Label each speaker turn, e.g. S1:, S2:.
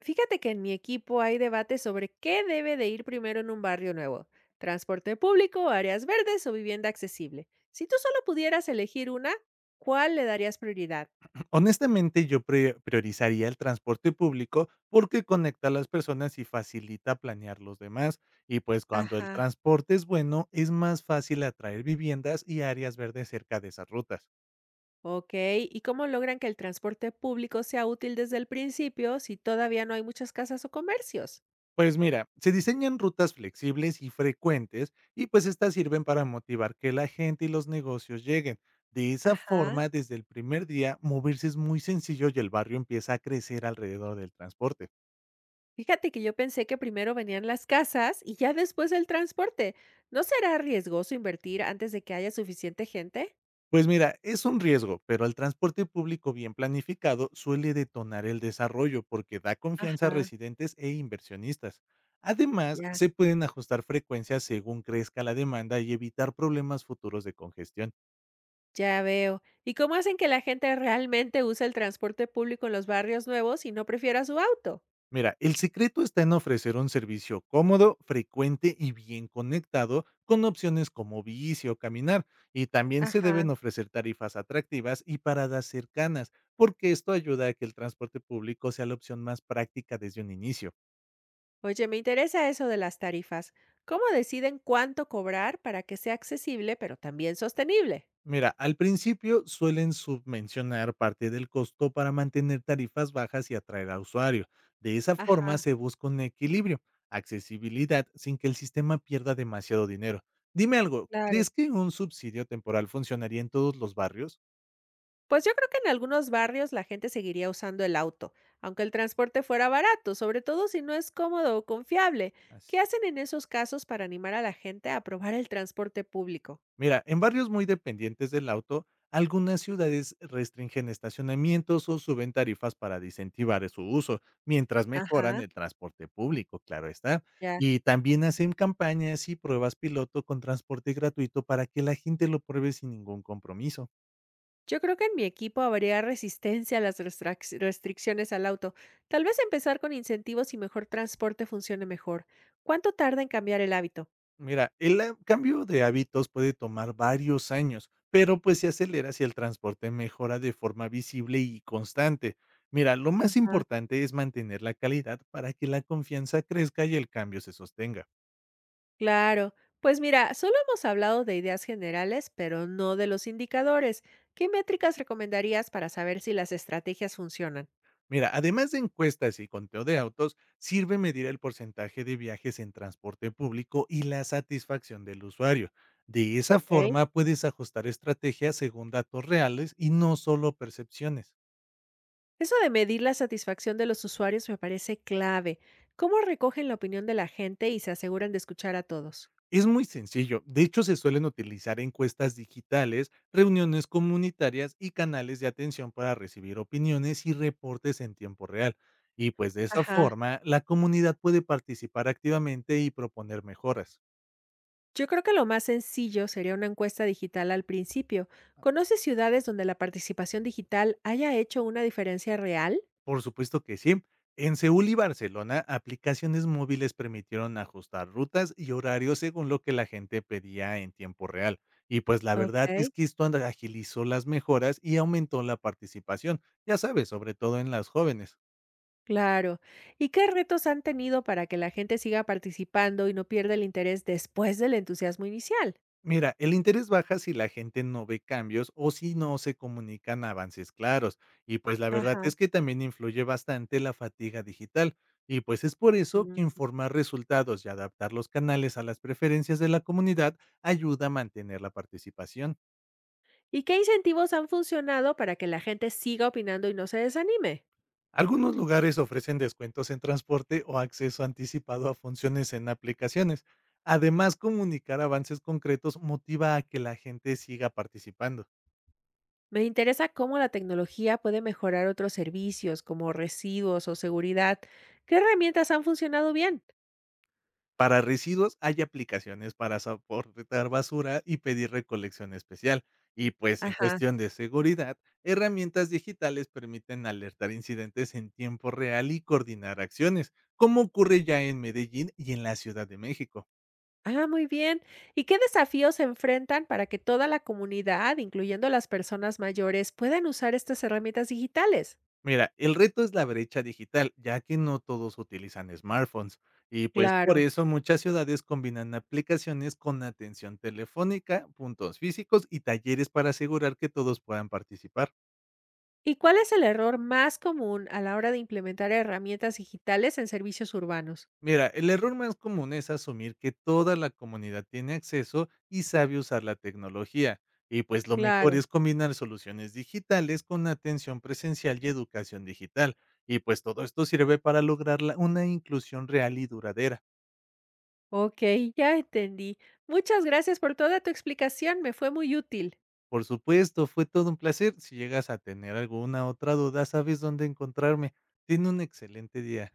S1: Fíjate que en mi equipo hay debate sobre qué debe de ir primero en un barrio nuevo, transporte público, áreas verdes o vivienda accesible. Si tú solo pudieras elegir una, ¿cuál le darías prioridad?
S2: Honestamente, yo priorizaría el transporte público porque conecta a las personas y facilita planear los demás. Y pues cuando el
S1: Ajá.
S2: transporte es bueno, es más fácil atraer viviendas y áreas verdes cerca de esas rutas.
S1: Ok, ¿y cómo logran que el transporte público sea útil desde el principio si todavía no hay muchas casas o comercios?
S2: Pues mira, se diseñan rutas flexibles y frecuentes y pues estas sirven para motivar que la gente y los negocios lleguen. De esa
S1: Ajá.
S2: forma, desde el primer día, moverse es muy sencillo y el barrio empieza a crecer alrededor del transporte.
S1: Fíjate que yo pensé que primero venían las casas y ya después el transporte. ¿No será riesgoso invertir antes de que haya suficiente gente?
S2: Pues mira, es un riesgo, pero el transporte público bien planificado suele detonar el desarrollo porque da confianza a
S1: Ajá,
S2: residentes e inversionistas. Además,
S1: ya.
S2: se pueden ajustar frecuencias según crezca la demanda y evitar problemas futuros de congestión.
S1: Ya veo. ¿Y cómo hacen que la gente realmente use el transporte público en los barrios nuevos y no prefiera su auto?
S2: Mira, el secreto está en ofrecer un servicio cómodo, frecuente y bien conectado con opciones como bici o caminar. Y también se
S1: Ajá.
S2: deben ofrecer tarifas atractivas y paradas cercanas, porque esto ayuda a que el transporte público sea la opción más práctica desde un inicio.
S1: Oye, me interesa eso de las tarifas. ¿Cómo deciden cuánto cobrar para que sea accesible pero también sostenible?
S2: Mira, al principio suelen submencionar parte del costo para mantener tarifas bajas y atraer a usuario. De esa forma
S1: Ajá,
S2: se busca un equilibrio, accesibilidad sin que el sistema pierda demasiado dinero. Dime algo,
S1: claro.
S2: ¿crees que un subsidio temporal funcionaría en todos los barrios?
S1: Pues yo creo que en algunos barrios la gente seguiría usando el auto, aunque el transporte fuera barato, sobre todo si no es cómodo o confiable. ¿Qué
S2: Así.
S1: hacen en esos casos para animar a la gente a probar el transporte público?
S2: Mira, en barrios muy dependientes del auto, algunas ciudades restringen estacionamientos o suben tarifas para incentivar su uso, mientras mejoran
S1: Ajá.
S2: el transporte público, claro está.
S1: Ya.
S2: Y también hacen campañas y pruebas piloto con transporte gratuito para que la gente lo pruebe sin ningún compromiso.
S1: Yo creo que en mi equipo habría resistencia a las restricciones al auto. Tal vez empezar con incentivos y mejor transporte funcione mejor. ¿Cuánto tarda en cambiar el hábito?
S2: Mira, el a cambio de hábitos puede tomar varios años, pero pues se acelera si el transporte mejora de forma visible y constante. Mira, lo más
S1: Ajá.
S2: importante es mantener la calidad para que la confianza crezca y el cambio se sostenga.
S1: Claro. Pues mira, solo hemos hablado de ideas generales, pero no de los indicadores. ¿Qué métricas recomendarías para saber si las estrategias funcionan?
S2: Mira, además de encuestas y conteo de autos, sirve medir el porcentaje de viajes en transporte público y la satisfacción del usuario. De esa
S1: Ok.
S2: forma puedes ajustar estrategias según datos reales y no solo percepciones.
S1: Eso de medir la satisfacción de los usuarios me parece clave. ¿Cómo recogen la opinión de la gente y se aseguran de escuchar a todos?
S2: Es muy sencillo. De hecho, se suelen utilizar encuestas digitales, reuniones comunitarias y canales de atención para recibir opiniones y reportes en tiempo real. Y pues de esa
S1: Ajá.
S2: forma, la comunidad puede participar activamente y proponer mejoras.
S1: Yo creo que lo más sencillo sería una encuesta digital al principio. ¿Conoces ciudades donde la participación digital haya hecho una diferencia real?
S2: Por supuesto que sí. En Seúl y Barcelona, aplicaciones móviles permitieron ajustar rutas y horarios según lo que la gente pedía en tiempo real. Y pues la
S1: Ok,
S2: verdad es que esto agilizó las mejoras y aumentó la participación, ya sabes, sobre todo en las jóvenes.
S1: claro. ¿Y qué retos han tenido para que la gente siga participando y no pierda el interés después del entusiasmo inicial?
S2: Mira, el interés baja si la gente no ve cambios o si no se comunican avances claros. Y pues la verdad
S1: Ajá.
S2: es que también influye bastante la fatiga digital. Y pues es por eso que
S1: Mm.
S2: informar resultados y adaptar los canales a las preferencias de la comunidad ayuda a mantener la participación.
S1: ¿Y qué incentivos han funcionado para que la gente siga opinando y no se desanime?
S2: Algunos lugares ofrecen descuentos en transporte o acceso anticipado a funciones en aplicaciones. Además, comunicar avances concretos motiva a que la gente siga participando.
S1: Me interesa cómo la tecnología puede mejorar otros servicios como residuos o seguridad. ¿Qué herramientas han funcionado bien?
S2: Para residuos hay aplicaciones para soportar basura y pedir recolección especial. Y pues en
S1: Ajá.
S2: cuestión de seguridad, herramientas digitales permiten alertar incidentes en tiempo real y coordinar acciones, como ocurre ya en Medellín y en la Ciudad de México.
S1: Ah, muy bien. ¿Y qué desafíos se enfrentan para que toda la comunidad, incluyendo las personas mayores, puedan usar estas herramientas digitales?
S2: Mira, el reto es la brecha digital, ya que no todos utilizan smartphones. Y pues por
S1: Claro.
S2: eso muchas ciudades combinan aplicaciones con atención telefónica, puntos físicos y talleres para asegurar que todos puedan participar.
S1: ¿Y cuál es el error más común a la hora de implementar herramientas digitales en servicios urbanos?
S2: Mira, el error más común es asumir que toda la comunidad tiene acceso y sabe usar la tecnología. Y pues lo mejor
S1: Claro.
S2: es combinar soluciones digitales con atención presencial y educación digital. Y pues todo esto sirve para lograr una inclusión real y duradera.
S1: Ok, ya entendí. Muchas gracias por toda tu explicación, me fue muy útil.
S2: Por supuesto, fue todo un placer. Si llegas a tener alguna otra duda, sabes dónde encontrarme. Tiene un excelente día.